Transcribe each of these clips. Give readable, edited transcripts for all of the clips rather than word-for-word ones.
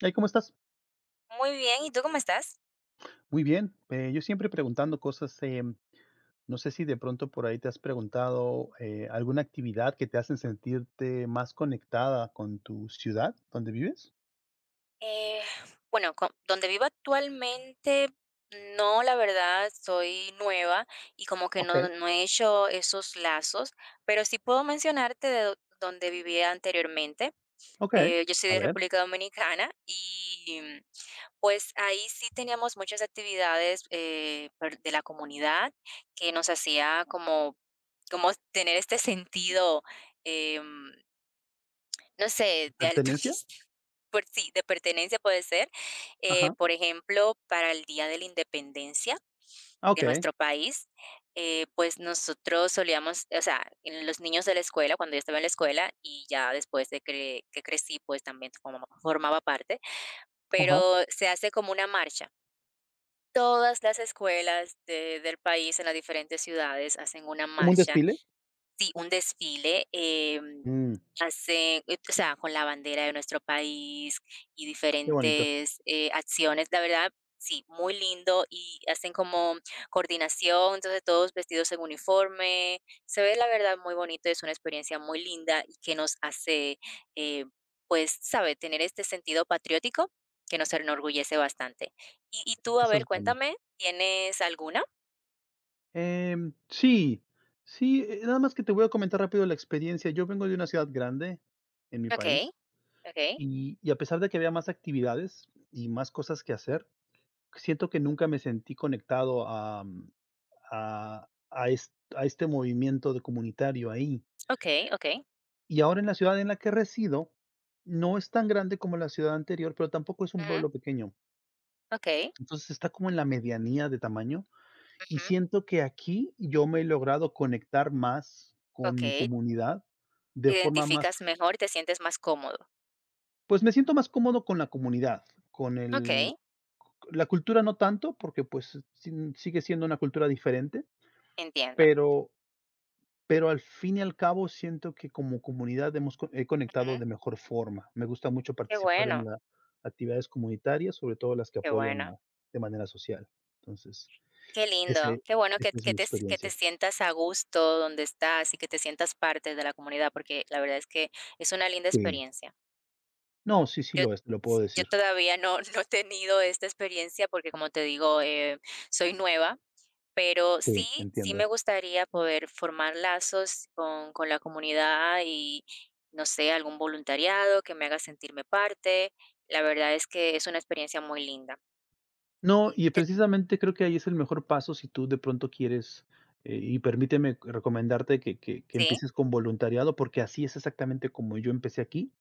Hey, ¿cómo estás? Muy bien, ¿y tú cómo estás? Muy bien. Yo siempre preguntando cosas, no sé si de pronto por ahí te has preguntado alguna actividad que te hacen sentirte más conectada con tu ciudad donde vives. Eh, bueno, donde vivo actualmente, no, la verdad, soy nueva y como que Ok, no he hecho esos lazos, pero sí puedo mencionarte de donde vivía anteriormente. ok. Yo soy A de ver, República Dominicana y pues ahí sí teníamos muchas actividades de la comunidad que nos hacía como, como tener este sentido. em, No sé, de pertenencia. altruista. Por sí, de pertenencia puede ser. Ajá. Por ejemplo, para el Día de la Independencia Ah, de ok. nuestro país, pues nosotros solíamos, o sea, en los niños de la escuela, cuando yo estaba en la escuela y ya después de que crecí, pues también formaba parte, Ajá. pero se hace como una marcha. Todas las escuelas del país en las diferentes ciudades hacen una ¿Como un marcha. desfile? Sí, un desfile, Mm, hace o sea, con la bandera de nuestro país y qué bonito. diferentes, acciones, la verdad, sí, muy lindo y hacen como coordinación, entonces todos vestidos en uniforme. Se ve, la verdad, muy bonito, es una experiencia muy linda y que nos hace, eh, pues, sabe tener este sentido patriótico que nos enorgullece bastante. Y tú, a Eso ver, es bueno. cuéntame, ¿tienes alguna? Sí, sí, nada más que te voy a comentar rápido la experiencia. Yo vengo de una ciudad grande en mi Okey, país okey, y, a pesar de que había más actividades y más cosas que hacer, siento que nunca me sentí conectado a, a es a este movimiento de comunitario ahí. okey, okey. Y ahora en la ciudad en la que resido, no es tan grande como la ciudad anterior, pero tampoco es un Ujú, pueblo pequeño. okey. Entonces, está como en la medianía de tamaño, y Ujú, siento que aquí yo me he logrado conectar más con mi okey, comunidad de te forma más, identificas mejor y te sientes más cómodo. pues, me siento más cómodo con la comunidad, con el Okey, la cultura no tanto, porque, pues, sin sigue siendo una cultura diferente, entiendo. pero Pero al fin y al cabo siento que como comunidad hemos co he conectado Ujú, de mejor forma. Me gusta mucho qué participar en bueno, las actividades comunitarias, sobre todo las que qué apoyan bueno, a de manera social. Entonces, qué lindo, ese qué bueno esa es que mi te s que te experiencia. sientas a gusto donde estás y que te sientas parte de la comunidad, porque la verdad es que es una linda Sí. experiencia. No, sí, sí Yo lo es, te lo s puedo yo decir. todavía no no he tenido esta experiencia porque, como te digo, soy nueva. Pero Sí, sí, sí me entiendo. gustaría poder formar lazos con la comunidad y, no sé, algún voluntariado que me haga sentirme parte. La verdad es que es una experiencia muy linda. No, Y y te precisamente creo que ahí es el mejor paso si tú de pronto quieres, y permíteme recomendarte que sí, empieces con voluntariado, porque así es exactamente como yo empecé aquí.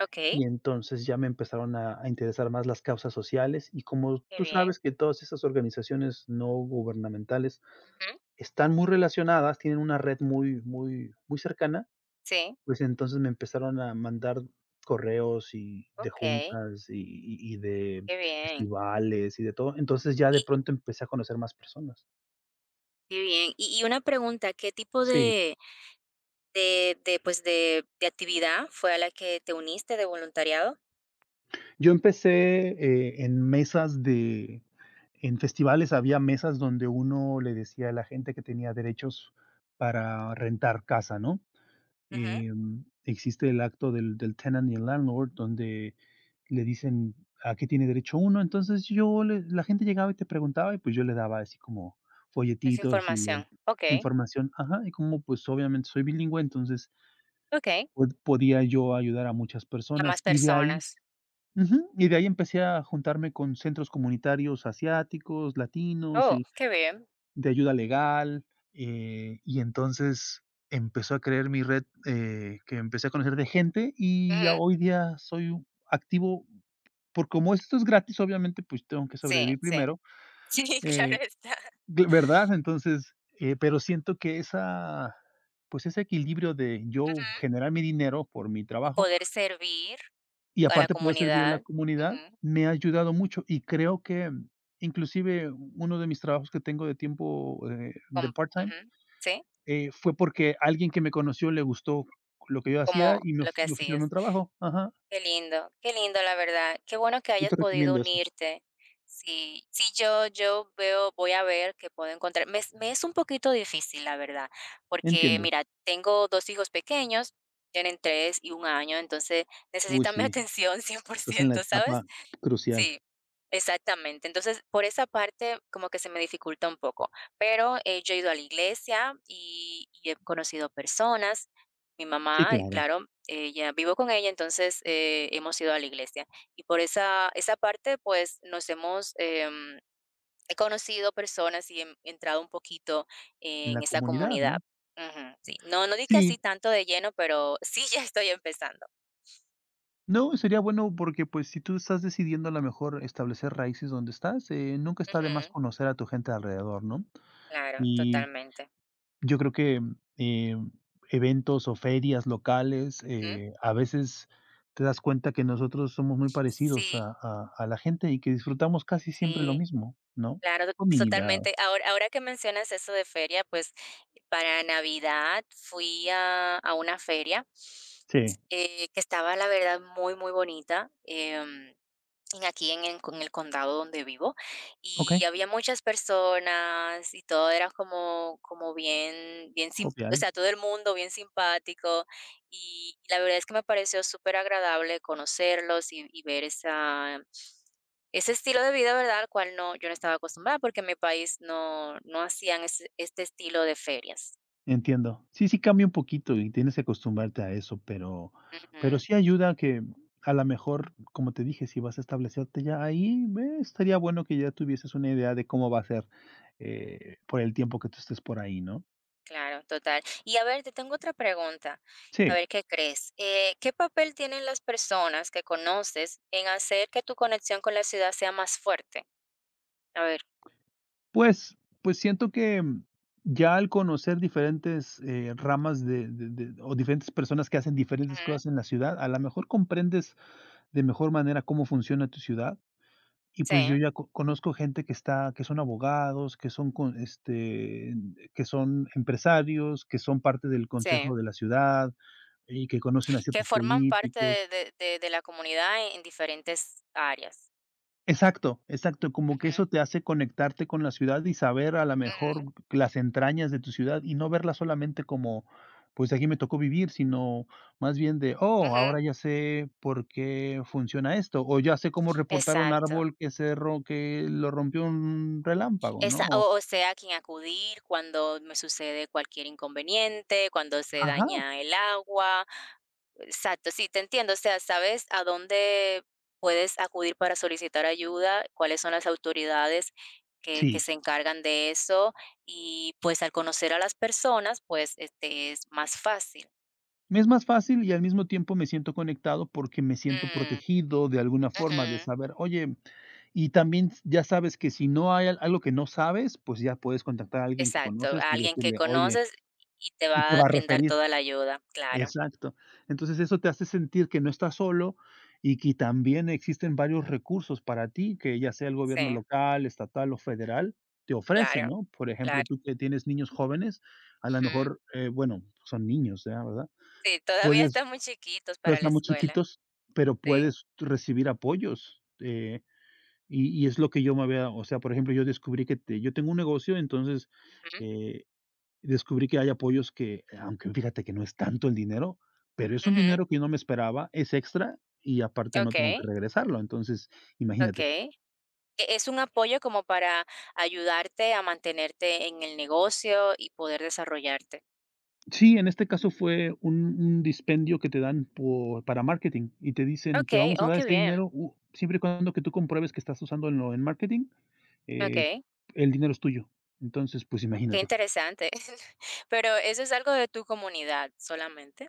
okey, Y entonces ya me empezaron a interesar más las causas sociales, y como qué tú bien. sabes que todas esas organizaciones no gubernamentales Ujú. están muy relacionadas, tienen una red muy cercana, Sí, pues entonces me empezaron a mandar correos y de okey, juntas y de qué bien. festivales y de todo. Entonces ya de Y pronto empecé a conocer más personas. qué bien. Y una pregunta, ¿qué tipo Sí. de, pues, de actividad fue a la que te uniste de voluntariado? Yo empecé, en mesas de en festivales había mesas donde uno le decía a la gente que tenía derechos para rentar casa, ¿no? Ujú, Existe el acto del tenant y el landlord, donde le dicen a qué tiene derecho uno. Entonces, yo le la gente llegaba y te preguntaba, y pues, yo le daba así como esa folletitos y le información. Okey, información, ajá, y como, pues, obviamente soy bilingüe, entonces, okey. Podía yo ayudar a muchas A más personas, y de ahí personas. ujú, y de ahí empecé a juntarme con centros comunitarios asiáticos, latinos Oh, y qué bien. de ayuda legal, y entonces empezó a creer mi red, que empecé a conocer de gente y a Ujú. hoy día soy u activo, por como esto es gratis, obviamente, pues, tengo que Sí, sobrevivir sí. primero, Sí, claro eh, está. de ¿verdad? Entonces, pero siento que esa, pues, ese equilibrio de Ujú. yo generar mi dinero por mi Y trabajo poder servir y a la aparte poder servir a la comunidad, comunidad, ujú, me ha ayudado mucho y creo que, inclusive, uno de mis trabajos que tengo de tiempo, de com part-time, ujú, sí, fue porque alguien que me conoció le gustó lo que yo hacía como y me lo of que me ofrecieron hacías. un trabajo. Ajá, Qué lindo, la verdad. Qué bueno que yo hayas te podido recomiendo eso. unirte. Sí, sí, yo yo veo voy a ver qué puedo encontrar. Me es un poquito difícil, la verdad, porque Entiendo. mira, tengo 2 hijos pequeños, tienen 3 y 1 año, entonces Uy, necesitan mi sí, atención cien por estás en la ciento, etapa ¿sabes? crucial. Sí, exactamente. Entonces, por esa parte como que se me dificulta un poco, pero, yo he ido a la iglesia y he conocido personas. Mi Sí, mamá, claro, claro, ella vivo con ella, entonces, hemos ido a la iglesia. Y por esa parte, pues, nos hemos, he conocido personas y he entrado un poquito en en la esa comunidad, comunidad. ¿no? Ujú, sí. No, no di que así Sí, tanto de lleno, pero sí ya estoy empezando. no, sería bueno porque, pues, si tú estás decidiendo a lo mejor establecer raíces donde estás, nunca está de más Ujú, conocer a tu gente alrededor, ¿no? claro, Y totalmente. yo creo que, eh, eventos o ferias locales, Ujú. A veces te das cuenta que nosotros somos muy parecidos Sí, a la gente y que disfrutamos casi siempre lo sí. mismo, ¿no? Claro, Comida, totalmente. Ahora, ahora que mencionas eso de feria, pues para Navidad fui a una feria sí, que estaba, la verdad, muy, muy bonita. En aquí en el condado donde vivo, okey, y había muchas personas y todo era como como bien bien sim o jovial, sea, todo el mundo bien simpático, y la verdad es que me pareció súper agradable conocerlos y ver esa ese estilo de vida, ¿verdad?, al cual no yo no estaba acostumbrada, porque en mi país no no hacían ese este estilo de ferias. entiendo. Sí, sí cambia un poquito y tienes que acostumbrarte a eso, pero Ujú. sí ayuda a que, a lo mejor, como te dije, si vas a establecerte ya ahí, estaría bueno que ya tuvieses una idea de cómo va a ser, por el tiempo que tú estés por ahí, ¿no? Claro, total. Y a ver, te tengo otra pregunta. A Sí. ver, ¿qué crees? ¿Qué papel tienen las personas que conoces en hacer que tu conexión con la ciudad sea más fuerte? A ver. Pues pues siento que, ya al conocer diferentes, ramas de o diferentes personas que hacen diferentes Ujú. cosas en la ciudad, a la mejor comprendes de mejor manera cómo funciona tu ciudad. Y Sí, pues yo ya co conozco gente que está, que son abogados, que son con este, que son empresarios, que son parte del sí. consejo de la ciudad y que conocen a Que ciertos forman parte políticos. de, de la comunidad en diferentes áreas. Exacto, exacto, como que Ujú, eso te hace conectarte con la ciudad y saber a lo mejor ujú, las entrañas de tu ciudad y no verla solamente como, pues aquí me tocó vivir, sino más bien de, oh, ujú. ahora ya sé por qué funciona esto, o ya sé cómo reportar un Exacto. árbol que se ro que lo rompió un relámpago, ¿no? Esa O- o sea, a quien acudir cuando me sucede cualquier inconveniente, cuando se ajá, daña el agua. Exacto, sí, te entiendo, o sea, sabes a dónde puedes acudir para solicitar ayuda, cuáles son las autoridades que sí. se encargan de eso y, pues, al conocer a las personas, pues, este es más fácil. Me es más fácil y al mismo tiempo me siento conectado porque me siento Mm, protegido de alguna forma de ujú, saber, oye, y también ya sabes que si no hay algo que no sabes, pues ya puedes contactar a alguien que exacto, conoces a y alguien que decirle, oye, conoces y te y te va a va a brindar referir. toda la ayuda, claro, Exacto. Entonces eso te hace sentir que no estás solo, y que también existen varios recursos para ti, que ya sea el gobierno sí, local, estatal o federal, te ofrece, claro, ¿no? Por claro, ejemplo, tú que tienes niños jóvenes, a lo ujú. mejor, bueno, son niños, ¿ya? ¿verdad? Sí, todavía Puedes están muy chiquitos pero para la estamos escuela. chiquitos, pero Sí. puedes recibir apoyos, y es lo que yo me había, o sea, por ejemplo, yo descubrí que te yo tengo un negocio, entonces, Ujú, eh, descubrí que hay apoyos que, aunque fíjate que no es tanto el dinero, pero es un ujú. dinero que yo no me esperaba, es extra y aparte no tengo Okey, que regresarlo. Entonces, imagínate. okey. E es un apoyo como para ayudarte a mantenerte en el negocio y poder desarrollarte. Sí, en este caso fue un dispendio que te dan por para marketing y te dicen: "Te Okey, vamos a oh, dar qué ese bien. dinero, u siempre y cuando que tú compruebes que estás usándolo en marketing, eh, Okey, el dinero es tuyo". Entonces, pues qué imagínate. interesante. Pero eso es algo de tu comunidad solamente.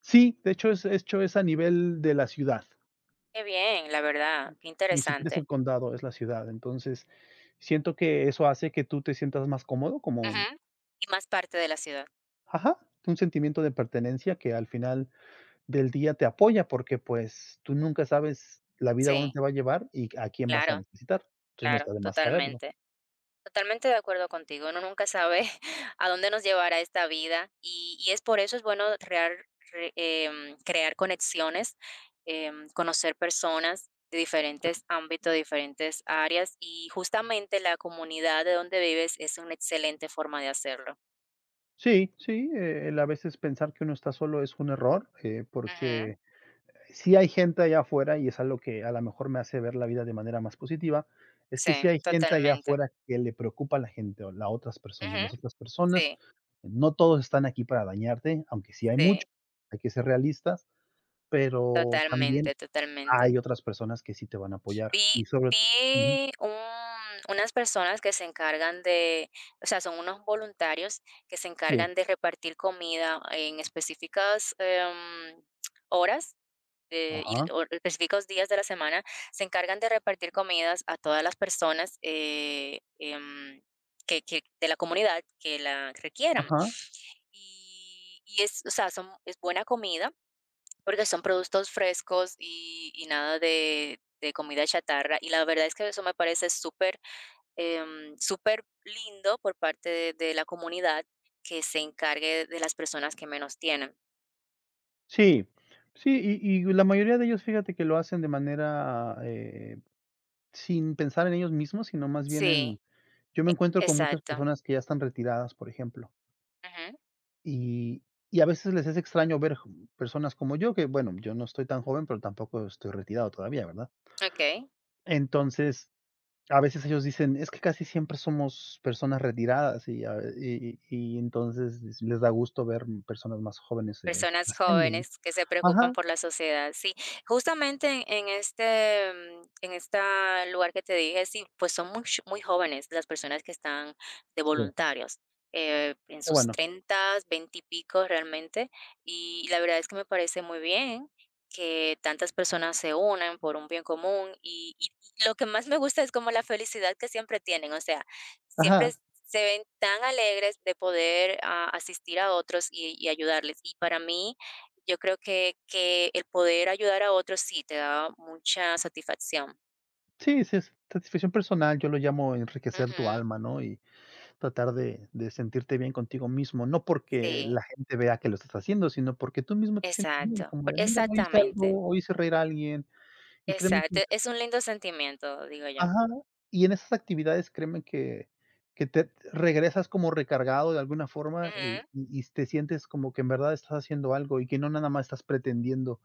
Sí, de hecho es a nivel de la ciudad, Qué bien, la verdad, qué ni siquiera es interesante. el condado, es la ciudad. Entonces, siento que eso hace que tú te sientas más cómodo, como, Ujú. Y más parte de la ciudad. ajá, un sentimiento de pertenencia que al final del día te apoya, porque pues tú nunca sabes la vida dónde Sí, te va a llevar y a quién vas a claro, necesitar. Entonces no claro, está de más saberlo. totalmente. Totalmente de acuerdo contigo. Uno nunca sabe a dónde nos llevará esta vida y es por eso es bueno crear, crear conexiones, conocer personas de diferentes ámbitos, diferentes áreas y justamente la comunidad de donde vives es una excelente forma de hacerlo. Sí, sí, el a veces pensar que uno está solo es un error, Ujú, porque sí hay gente allá afuera, y es algo que a lo mejor me hace ver la vida de manera más positiva, es que sí Sí, hay gente allá totalmente. afuera que le preocupa a la gente o las otras personas. Ujú, Las otras personas, Sí, no todos están aquí para dañarte, aunque sí hay sí, muchos, hay que ser realistas, pero también totalmente, hay totalmente. otras personas que sí te van a apoyar y Vi sobre todo vi un unas personas que se encargan de o sea, son unos voluntarios que se sí, encargan de repartir comida en específicas, horas, y ajá, o específicos días de la semana, se encargan de repartir comidas a todas las personas, que de la comunidad que la requieran. ajá, Y y es o sea, son es buena comida. Porque son productos frescos y nada de comida chatarra, y la verdad es que eso me parece súper, súper lindo por parte de la comunidad que se encargue de las personas que menos tienen. sí, sí, y la mayoría de ellos, fíjate que lo hacen de manera, sin pensar en ellos mismos, sino más bien Sí, en yo me encuentro con muchas exacto. personas que ya están retiradas, por ejemplo, Ujú, y y a veces les es extraño ver ju personas como yo, que bueno, yo no estoy tan joven, pero tampoco estoy retirado todavía, ¿verdad? okey. Entonces, a veces ellos dicen: "Es que casi siempre somos personas retiradas", y a y y entonces les da gusto ver personas más jóvenes, Personas haciéndolo. jóvenes que se preocupan Ajá, por la sociedad, sí. Justamente en este, en este lugar que te dije, sí, pues son much muy jóvenes las personas que están de sí, voluntarios, en qué sus bueno. 30s 20 y pico realmente, y la verdad es que me parece muy bien que tantas personas se unan por un bien común, y lo que más me gusta es como la felicidad que siempre tienen, o sea, siempre Ajá, se ven tan alegres de poder, ah, asistir a otros y ayudarles. Y para mí, yo creo que el poder ayudar a otros sí te da mucha satisfacción. sí, sí, es satisfacción personal, yo lo llamo enriquecer tu Ujú. alma, ¿no? Tratar de sentirte bien contigo mismo, no porque Sí, la gente vea que lo estás haciendo, sino porque tú mismo te sientes bien, exacto. como Por de: "Mira, hoy hice exactamente, algo, hoy hice reír a alguien", y créeme que exacto. Es un lindo sentimiento, digo yo. ajá, y en esas actividades, créeme que te regresas como recargado de alguna forma, y Ujú. y y te sientes como que en verdad estás haciendo algo, y que no nada más estás pretendiendo,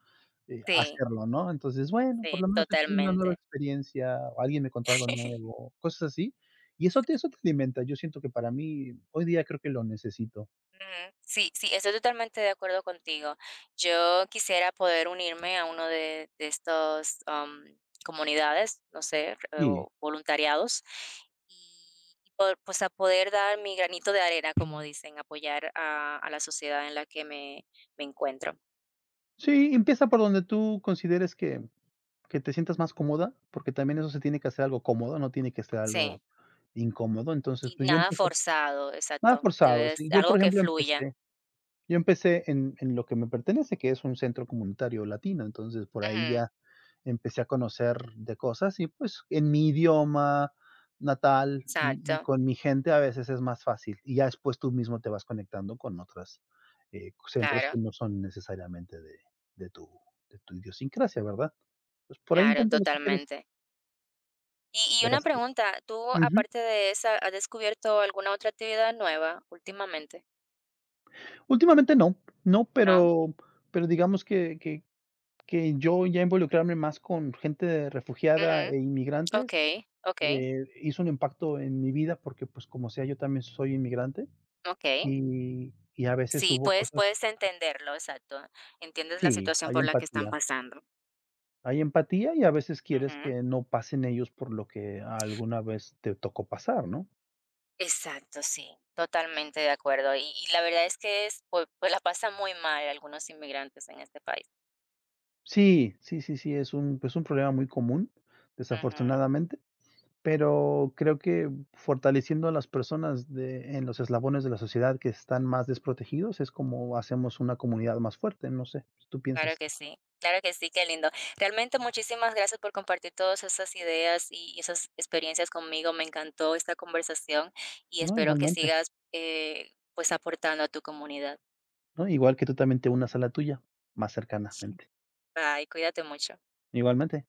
Sí, hacerlo, ¿no? Entonces, bueno, por sí, lo menos yo tuve una nueva totalmente. experiencia, o alguien me contó algo nuevo, cosas así, y eso te alimenta. Yo siento que para mí, hoy día creo que lo necesito. Ujú. Sí, sí, estoy totalmente de acuerdo contigo. Yo quisiera poder unirme a uno de estos comunidades, no sé, Sí. o voluntariados, y, pues a poder dar mi granito de arena, como dicen, apoyar a la sociedad en la que me encuentro. Sí, empieza por donde tú consideres que te sientas más cómoda, porque también eso se tiene que hacer algo cómodo, no tiene que ser Sí, algo incómodo. Entonces, y pues, yo nada empecé forzado, nada exacto. Debe, forzado, de sí. ser Yo, por algo que ejemplo, fluya. empecé yo empecé en lo que me pertenece, que es un centro comunitario latino. Entonces, por ahí Ujú, ya empecé a conocer de cosas y, pues, en mi idioma natal y Exacto, con mi gente a veces es más fácil. Y ya después tú mismo te vas conectando con otros centros claro, que no son necesariamente de tu de tu idiosincrasia, ¿verdad? Pues, por ahí claro, inténtalo si quieres. totalmente. Y una Verás que pregunta, ¿tú ujú. aparte de esa, has descubierto alguna otra actividad nueva últimamente? Últimamente no, no, ¿No? Pero digamos que que yo ya involucrarme más con gente refugiada Ujú, e Ok, inmigrantes, ok, hizo un impacto en mi vida porque, pues, como sea, yo también soy inmigrante ok. Y a veces Sí, hubo puedes, cosas puedes entenderlo, exacto. Entiendes la sí, situación hay por la que están empatía. pasando. Hay empatía y a veces quieres Ujú, que no pasen ellos por lo que alguna vez te tocó pasar, ¿no? Exacto, sí, totalmente de acuerdo. Y la verdad es que es, pues, pues la pasan muy mal algunos inmigrantes en este país. Sí, sí, sí, sí, es un problema muy común, Ujú. desafortunadamente. Pero creo que fortaleciendo a las personas de en los eslabones de la sociedad que están más desprotegidos es como hacemos una comunidad más fuerte, no sé, ¿tú piensas? Claro que sí, qué lindo. Realmente muchísimas gracias por compartir todas esas ideas y esas experiencias conmigo. Me encantó esta conversación y No, espero que igualmente, sigas pues aportando a tu comunidad. ¿no? Igual que tú también te unas a la tuya, más cercanamente. Bye, cuídate mucho. Igualmente.